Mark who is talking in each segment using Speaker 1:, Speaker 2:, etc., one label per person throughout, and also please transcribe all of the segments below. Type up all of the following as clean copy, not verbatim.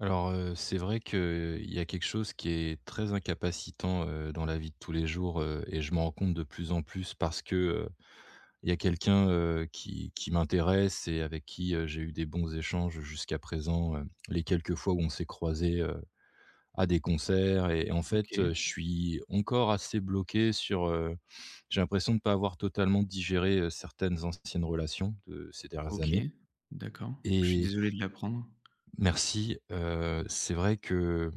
Speaker 1: Alors, c'est vrai qu'il y a quelque chose qui est très incapacitant, dans la vie de tous les jours, et je m'en rends compte de plus en plus parce que, il y a quelqu'un, qui m'intéresse et avec qui, j'ai eu des bons échanges jusqu'à présent, les quelques fois où on s'est croisés, à des concerts et en fait,
Speaker 2: OK,
Speaker 1: je suis encore assez bloqué sur, j'ai l'impression de ne pas avoir totalement digéré, certaines anciennes relations de ces dernières
Speaker 2: OK,
Speaker 1: années
Speaker 2: d'accord. Je suis
Speaker 1: et
Speaker 2: désolé de l'apprendre.
Speaker 1: merci, c'est vrai que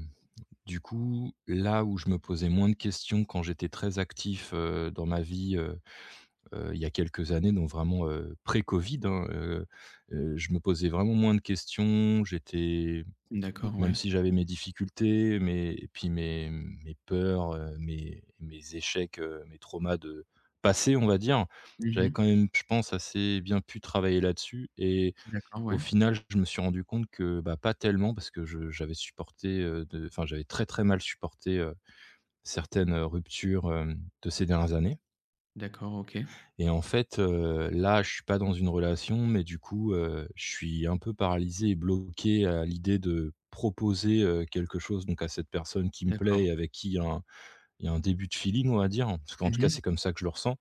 Speaker 1: du coup, là où je me posais moins de questions quand j'étais très actif, dans ma vie, il y a quelques années, donc vraiment, pré-covid, hein, je me posais vraiment moins de questions. J'étais
Speaker 2: D'accord,
Speaker 1: même
Speaker 2: ouais.
Speaker 1: si j'avais mes difficultés, mes et puis mes peurs, mes échecs, mes traumas de passé, on va dire, j'avais
Speaker 2: Mmh.
Speaker 1: quand même, je pense, assez bien pu travailler là-dessus et
Speaker 2: D'accord, ouais.
Speaker 1: au final, je me suis rendu compte que, bah, pas tellement parce que je j'avais supporté, de enfin, j'avais très, très mal supporté, certaines, ruptures, de ces dernières années
Speaker 2: D'accord, OK.
Speaker 1: et en fait, là, je suis pas dans une relation mais du coup, je suis un peu paralysé et bloqué à l'idée de proposer, quelque chose donc à cette personne qui me plaît
Speaker 2: D'accord.
Speaker 1: et avec qui il y a un début de feeling, on va dire. Parce qu'en tout cas,
Speaker 2: Mmh.
Speaker 1: c'est comme ça que je le ressens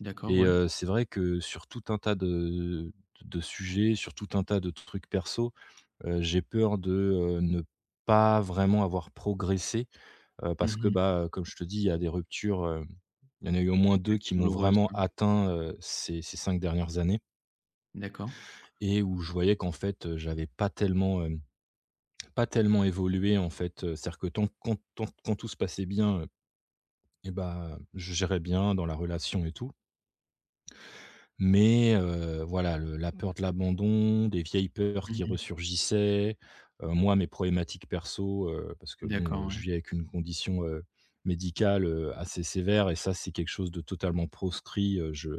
Speaker 2: D'accord,
Speaker 1: et
Speaker 2: ouais.
Speaker 1: c'est vrai que sur tout un tas de sujets, sur tout un tas de trucs perso, j'ai peur de, ne pas vraiment avoir progressé, parce que,
Speaker 2: Mmh.
Speaker 1: bah, comme je te dis, il y a des ruptures, il y en a eu au moins
Speaker 2: Ouais,
Speaker 1: 2
Speaker 2: tu
Speaker 1: qui m'ont
Speaker 2: douloureuse,
Speaker 1: vraiment
Speaker 2: hein.
Speaker 1: atteint, ces 5 dernières années
Speaker 2: D'accord.
Speaker 1: et où je voyais qu'en fait, j'avais pas tellement, pas tellement évolué, en fait, c'est-à-dire que tant quand tout se passait bien, et bah, je gérais bien dans la relation et tout. Mais voilà, le la peur de l'abandon, des vieilles peurs qui
Speaker 2: Mmh.
Speaker 1: ressurgissaient, moi, mes problématiques perso, parce que bon,
Speaker 2: D'accord,
Speaker 1: je
Speaker 2: ouais.
Speaker 1: vis avec une condition, médicale, assez sévère et ça, c'est quelque chose de totalement proscrit, je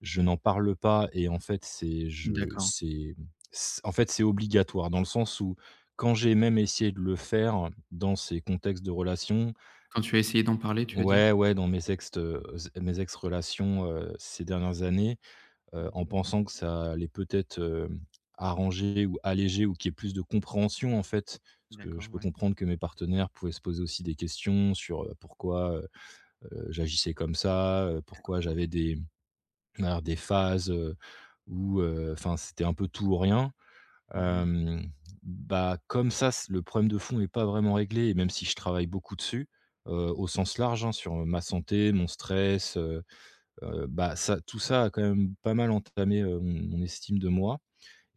Speaker 1: je n'en parle pas et en fait, c'est je
Speaker 2: D'accord.
Speaker 1: c'est c en fait, c'est obligatoire dans le sens où quand j'ai même essayé de le faire dans ces contextes de relations.
Speaker 2: Quand tu as essayé d'en parler, tu veux dire?
Speaker 1: Ouais, ouais, dans mes ex mes ex-relations, ces dernières années, en
Speaker 2: Mmh.
Speaker 1: pensant que ça allait peut-être, arranger ou alléger ou qu'il y ait plus de compréhension, en fait. Parce que je
Speaker 2: D'accord,
Speaker 1: peux
Speaker 2: ouais.
Speaker 1: comprendre que mes partenaires pouvaient se poser aussi des questions sur, pourquoi, j'agissais comme ça, pourquoi
Speaker 2: D'accord,
Speaker 1: j'avais
Speaker 2: OK.
Speaker 1: des alors des phases, où, enfin, c'était un peu tout ou rien.
Speaker 2: Mmh.
Speaker 1: Hem, bah, comme ça, c le problème de fond n'est pas vraiment réglé et même si je travaille beaucoup dessus, au sens large, hein, sur ma santé, mon stress, bah, ça tout ça a quand même pas mal entamé, mon estime de moi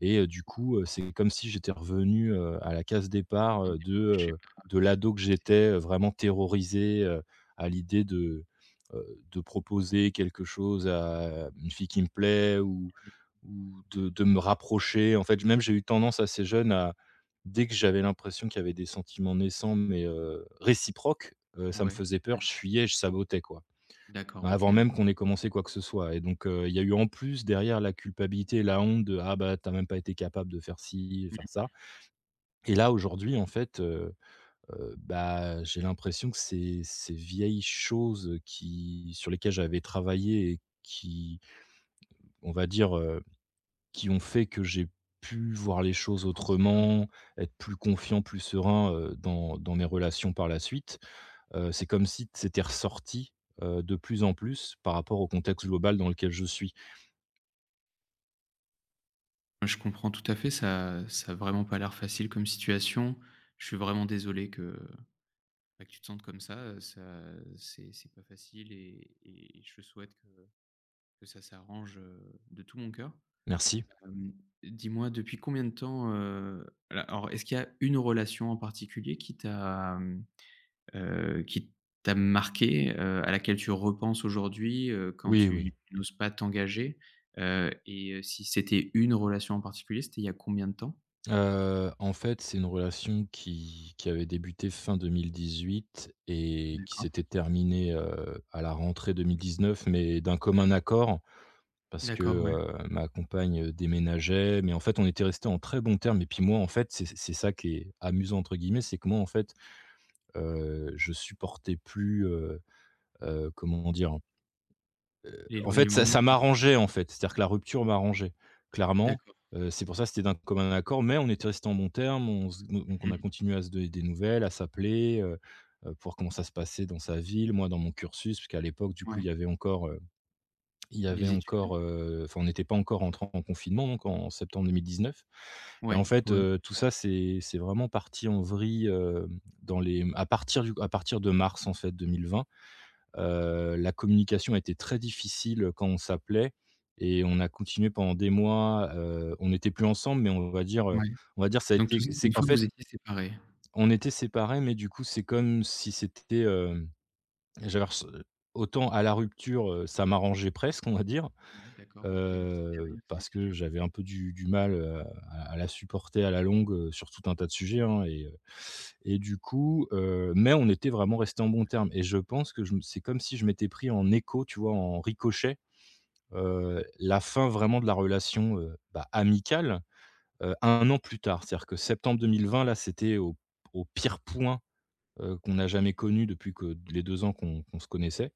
Speaker 1: et du coup, c'est comme si j'étais revenu, à la case départ,
Speaker 2: Dans des mauvais schémas,
Speaker 1: de
Speaker 2: heu,
Speaker 1: l'ado que j'étais, vraiment terrorisé, à l'idée de proposer quelque chose à une fille qui me plaît ou de me rapprocher. En fait, même j'ai eu tendance assez jeune à dès que j'avais l'impression qu'il y avait des sentiments naissants mais réciproques, ça me
Speaker 2: ouais,
Speaker 1: faisait peur,
Speaker 2: ouais.
Speaker 1: je fuyais, je sabotais, quoi.
Speaker 2: D'accord, OK,
Speaker 1: Avant
Speaker 2: ouais.
Speaker 1: même qu'on ait commencé quoi que ce soit et donc il y a eu en plus derrière la culpabilité la honte de: «Ah bah, t'as même pas été capable de faire ci, de faire
Speaker 2: Mmh.
Speaker 1: ça» et là aujourd'hui en fait, bah, j'ai l'impression que ces vieilles choses, qui sur lesquelles j'avais travaillé et qui, on va dire, qui ont fait que j'ai pu voir les choses
Speaker 2: Avancer, ouais.
Speaker 1: autrement, être plus confiant, plus serein, dans mes relations par la suite, c'est comme si c'était ressorti, de plus en plus par rapport au contexte global dans lequel je suis.
Speaker 2: Ouais, je comprends tout à fait, ça ça a vraiment pas l'air facile comme situation. Je suis vraiment désolé que. Bah, que tu te sentes comme ça c'est pas facile et je souhaite que ça s'arrange, de tout mon cœur.
Speaker 1: Merci.
Speaker 2: Hem, Dis-moi depuis combien de temps, al alors est-ce qu'il y a une relation en particulier qui t'a, mmh, qui t'a marqué à laquelle tu repenses aujourd'hui, quand
Speaker 1: Oui, oui.
Speaker 2: tu n'oses pas t'engager? Si c'était une relation en particulier, c'était il y a combien de temps?
Speaker 1: En fait, c'est une relation qui avait débuté fin 2018 et qui
Speaker 2: D'accord.
Speaker 1: s'était terminée, à la rentrée 2019, mais d'un commun accord parce que,
Speaker 2: D'accord, ouais.
Speaker 1: ma compagne, déménageait, mais en fait, on était restés en très bons termes et puis moi, en fait, c'est ça qui est «amusant» entre guillemets, c'est que moi, en fait, je supportais plus, comment dire? En fait, ça
Speaker 2: L'éloignement.
Speaker 1: ça m'arrangeait, en fait. C'est-à-dire que la rupture m'arrangeait, clairement.
Speaker 2: D'accord.
Speaker 1: C'est pour ça, que c'était d'un commun accord, mais on était restés en bons termes, on se donc on a
Speaker 2: Mmh.
Speaker 1: continué à se donner des nouvelles, à s'appeler, pour voir comment ça se passait dans sa ville, moi dans mon cursus, puisqu'à l'époque, du coup,
Speaker 2: Ouais.
Speaker 1: il y avait encore,
Speaker 2: Les études.
Speaker 1: enfin, on n'était pas encore entré en confinement, donc en septembre 2019. Et en
Speaker 2: Ouais,
Speaker 1: fait,
Speaker 2: ouais,
Speaker 1: tout ça, c'est vraiment parti en vrille, dans les à partir de mars, en fait, 2020. La communication était très difficile quand on s'appelait et on a continué pendant des mois, on n'était plus ensemble, mais
Speaker 2: ouais.
Speaker 1: on va dire ça a
Speaker 2: Donc tout
Speaker 1: été
Speaker 2: ça, c'était
Speaker 1: c'est
Speaker 2: une
Speaker 1: en
Speaker 2: fois que
Speaker 1: fait,
Speaker 2: vous étiez séparés?
Speaker 1: on était séparés, mais du coup, c'est comme si c'était, j'avais ress autant à la rupture, ça m'arrangeait presque, on va dire,
Speaker 2: Ouais, d'accord, OK, mais c'est derrière que ça a
Speaker 1: parce
Speaker 2: été
Speaker 1: que
Speaker 2: dur,
Speaker 1: j'avais un peu du mal, à la supporter à la longue, sur tout un tas de sujets, hein et et du coup, mais on était vraiment restés en bons termes
Speaker 2: malheureusement.
Speaker 1: et je pense que je me c'est comme si je m'étais pris en écho, tu vois, en ricochet, la fin vraiment de la relation, bah, amicale, 1 an plus tard. C'est-à-dire que septembre 2020, là, c'était au au pire point, qu'on a jamais connu depuis que les 2 ans qu'on se connaissait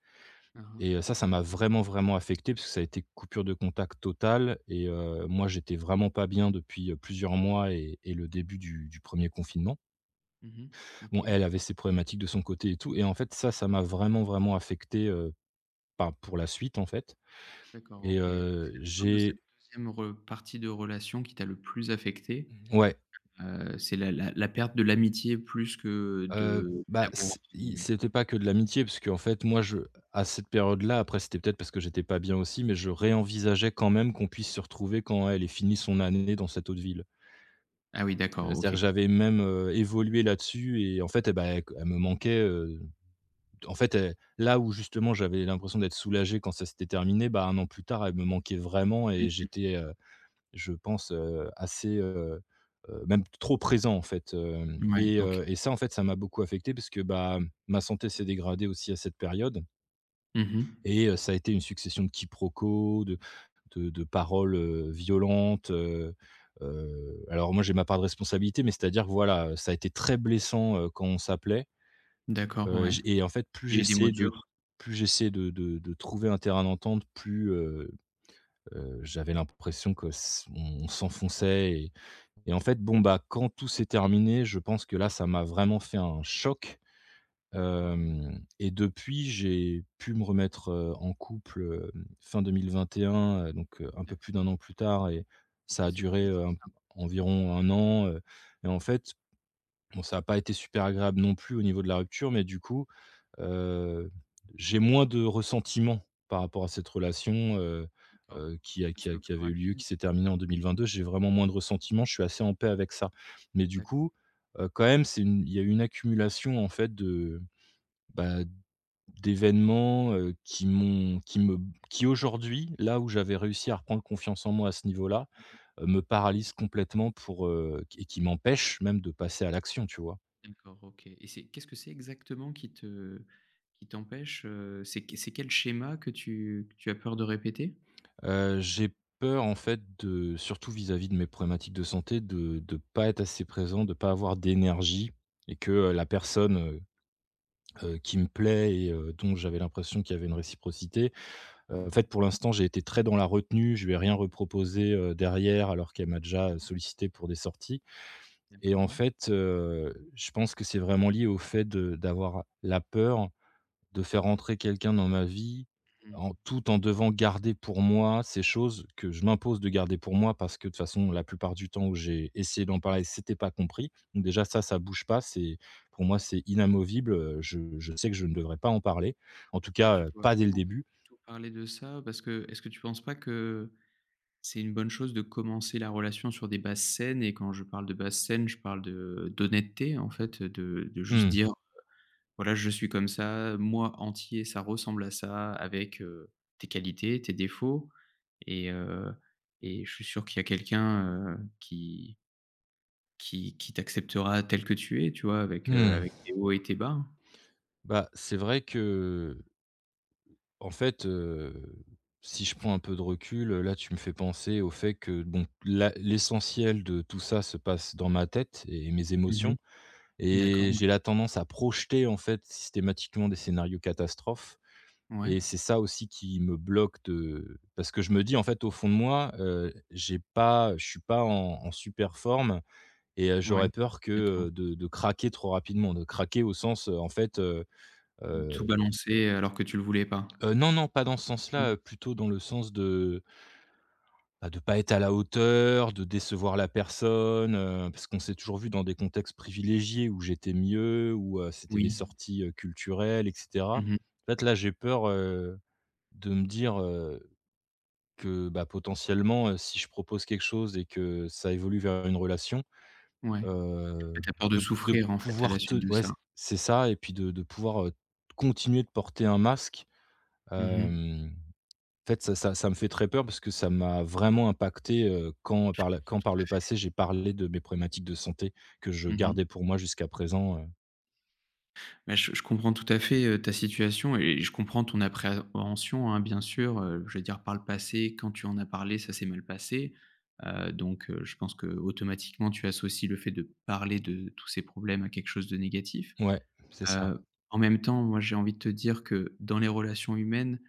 Speaker 2: Hein hein.
Speaker 1: et ça, ça m'a vraiment, vraiment affecté parce que ça a été coupure de contact totale et moi, j'étais vraiment pas bien depuis, plusieurs mois et le début du 1er confinement.
Speaker 2: Mmh.
Speaker 1: Bon,
Speaker 2: OK,
Speaker 1: elle avait ses problématiques de son côté et tout et en fait ça, ça m'a vraiment, vraiment affecté, par pour la suite, en fait
Speaker 2: d'accord,
Speaker 1: et
Speaker 2: OK. Donc c'est la fin de
Speaker 1: j'ai
Speaker 2: cette deuxième re partie de relation qui t'a le plus affecté.
Speaker 1: ouais,
Speaker 2: C'est la perte de l'amitié plus que de
Speaker 1: bah,
Speaker 2: «l'amour» entre guillemets.
Speaker 1: c'était pas que de l'amitié parce qu'en fait moi je à cette période-là, après c'était peut-être parce que j'étais pas bien aussi, mais je réenvisageais quand même qu'on puisse se retrouver quand elle ait fini son année dans cette autre ville.
Speaker 2: Ah oui, d'accord,
Speaker 1: C'est-à-dire que
Speaker 2: OK.
Speaker 1: j'avais même, évolué là-dessus et en fait eh ben, elle me manquait, en fait, là où justement j'avais l'impression d'être soulagé quand ça s'était terminé, bah, 1 an plus tard, elle me manquait vraiment et j'étais, je pense, assez, même trop présent en fait, hem
Speaker 2: Ouais, OK.
Speaker 1: et ça en fait, ça m'a beaucoup affecté parce que, bah, ma santé s'est dégradée aussi à cette période
Speaker 2: Mmh.
Speaker 1: et ça a été une succession de quiproquos, de de paroles, violentes, alors moi j'ai ma part de responsabilité, mais c'est-à-dire que voilà, ça a été très blessant, quand on s'appelait.
Speaker 2: D'accord, ouais.
Speaker 1: J et en fait, plus
Speaker 2: Il y a eu des mots
Speaker 1: j'essayais de
Speaker 2: durs?
Speaker 1: plus j'essayais de trouver un terrain d'entente, plus, j'avais l'impression que s on s'enfonçait et en fait, bon, bah, quand tout s'est terminé, je pense que là, ça m'a vraiment fait un choc,
Speaker 2: D'accord, ouais.
Speaker 1: hem et depuis, j'ai pu me remettre, en couple, fin 2021, donc, un peu plus
Speaker 2: D'accord.
Speaker 1: d'1 an plus tard et ça
Speaker 2: OK,
Speaker 1: a
Speaker 2: c'est
Speaker 1: duré,
Speaker 2: positif
Speaker 1: un
Speaker 2: ça.
Speaker 1: environ 1 an, et en fait, bon, ça a pas été super agréable non plus au niveau de la rupture, mais du coup, Heu, j'ai moins de ressentiment par rapport à cette relation,
Speaker 2: D'accord.
Speaker 1: qui a
Speaker 2: Parce
Speaker 1: qui
Speaker 2: que
Speaker 1: a qui
Speaker 2: plus
Speaker 1: avait eu lieu,
Speaker 2: rapide?
Speaker 1: qui s'est terminée en 2022. J'ai vraiment moins de ressentiment, je suis assez en paix avec ça. Mais du
Speaker 2: D'accord.
Speaker 1: coup, quand même, c'est une il y a eu une accumulation, en fait, de, bah, d'événements, qui m'ont qui me qui aujourd'hui, là où j'avais réussi à reprendre confiance en moi à ce niveau-là, me paralysent complètement pour, et qui m'empêchent même de passer à l'action, tu vois?
Speaker 2: D'accord, OK, et c'est qu'est-ce que c'est exactement qui te qui t'empêche, c'est quel schéma que tu as peur de répéter?
Speaker 1: J'ai peur en fait de surtout vis-à-vis de mes problématiques de santé, de ne pas être assez présent, de pas avoir d'énergie et que, la
Speaker 2: D'ac
Speaker 1: personne, qui me plaît et dont j'avais l'impression qu'il y avait une réciprocité, en
Speaker 2: mmh.
Speaker 1: fait, pour l'instant, j'ai été très dans la retenue. Je lui ai rien reproposé, derrière alors qu'elle m'a déjà, sollicité pour des sorties et
Speaker 2: D'accord,
Speaker 1: en
Speaker 2: ouais.
Speaker 1: fait, je pense que c'est vraiment lié au fait de d'avoir la peur de faire entrer quelqu'un dans ma vie,
Speaker 2: Mmh.
Speaker 1: en tout en devant garder pour moi ces choses que je m'impose de garder pour moi parce que de toute façon, la plupart du temps où j'ai essayé d'en parler, c'était pas compris. Donc déjà ça, ça bouge pas, c'est pour moi, c'est inamovible, je sais que je ne devrais pas en parler. En tout
Speaker 2: Ouais,
Speaker 1: cas,
Speaker 2: tu dois
Speaker 1: pas dès le
Speaker 2: vraiment pas
Speaker 1: début.
Speaker 2: du tout parler de ça, parce que est-ce que tu penses pas que c'est une bonne chose de commencer la relation sur des bases saines? Et quand je parle de bases saines, je parle de d'honnêteté, en fait, de juste
Speaker 1: Mmh,
Speaker 2: dire: voilà, je suis comme ça, moi entier, ça ressemble à ça, avec, tes qualités, tes défauts, et heu et je suis sûr qu'il y a quelqu'un, qui t'acceptera tel que tu es, tu vois? Avec,
Speaker 1: mmh.
Speaker 2: avec tes hauts et tes bas.
Speaker 1: Bah, c'est vrai que en fait, si je prends un peu de recul, là, tu me fais penser au fait que, bon, la l'essentiel de tout ça se passe dans ma tête et mes émotions.
Speaker 2: Mmh. D'accord,
Speaker 1: Et
Speaker 2: ouais.
Speaker 1: j'ai la tendance à projeter, en fait, systématiquement des scénarios catastrophes
Speaker 2: Ouais,
Speaker 1: et c'est ça aussi qui me bloque de parce que je me dis, en fait, au fond de moi, j'ai pas je suis pas en en super forme et j'aurais
Speaker 2: ouais.
Speaker 1: peur que,
Speaker 2: D'accord.
Speaker 1: de craquer trop rapidement, de craquer au sens, en fait,
Speaker 2: Tout
Speaker 1: heu
Speaker 2: balancer alors que tu le voulais pas.
Speaker 1: non, non, pas dans ce sens-là,
Speaker 2: Non?
Speaker 1: plutôt dans le sens de bah, de pas être à la hauteur, de décevoir la personne, parce qu'on s'est toujours vu dans des contextes privilégiés où j'étais mieux, où, c'était des
Speaker 2: Oui.
Speaker 1: sorties, culturelles et cetera.
Speaker 2: Mmh.
Speaker 1: En fait, là, j'ai peur, de me dire, que, bah, potentiellement, si je propose quelque chose et que ça évolue vers une relation,
Speaker 2: Ouais.
Speaker 1: heu,
Speaker 2: T'as peur de
Speaker 1: de
Speaker 2: souffrir, en fait, à la
Speaker 1: pouvoir
Speaker 2: suite
Speaker 1: te
Speaker 2: de
Speaker 1: ouais,
Speaker 2: ça.
Speaker 1: c'est ça et puis de pouvoir, continuer de porter un masque,
Speaker 2: Mmh.
Speaker 1: hem en fait, ça me fait très peur parce que ça m'a vraiment impacté, quand par la quand par
Speaker 2: Tout
Speaker 1: le
Speaker 2: à fait.
Speaker 1: passé j'ai parlé de mes problématiques de santé que je
Speaker 2: Mmh.
Speaker 1: gardais pour moi jusqu'à présent,
Speaker 2: Bah, je comprends tout à fait, ta situation, et je comprends ton appréhension, hein, bien sûr, je veux dire, par le passé, quand tu en as parlé, ça s'est mal passé, donc je pense que automatiquement, tu associes le fait de parler de tous ces problèmes à quelque chose de négatif.
Speaker 1: ouais, c'est ça.
Speaker 2: Heu, En même temps, moi j'ai envie de te dire que dans les relations humaines,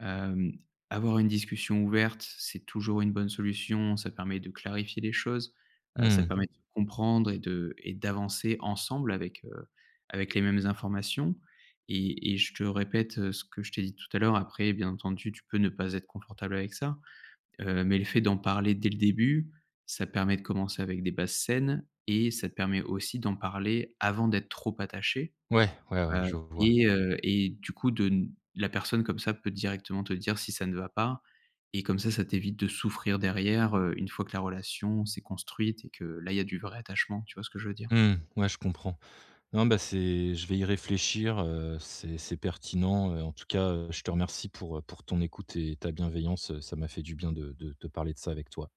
Speaker 2: Hem, avoir une discussion ouverte, c'est toujours une bonne solution. Ça permet de clarifier les choses, ça
Speaker 1: Mmh.
Speaker 2: permet, mmh, de se comprendre et de d'avancer ensemble avec, avec les mêmes informations. Et je te répète, ce que je t'ai dit tout à l'heure. Après, bien entendu, tu peux ne pas être confortable avec ça, mais le fait d'en parler dès le début, ça permet de commencer avec des bases saines, et ça te permet aussi d'en parler avant d'être trop attaché.
Speaker 1: Ouais, ouais, ouais, je
Speaker 2: Heu
Speaker 1: vois.
Speaker 2: et et du coup de n la personne comme ça peut directement te dire si ça ne va pas, et comme ça t'évite de souffrir derrière, une fois que la relation s'est construite et que là, il y a du vrai attachement, tu vois ce que je veux dire?
Speaker 1: Mmh. Ouais, je comprends. Non, bah, c'est je vais y réfléchir, c'est pertinent, en tout cas, je te remercie pour ton écoute et ta bienveillance, ça m'a fait du bien de parler de ça avec toi.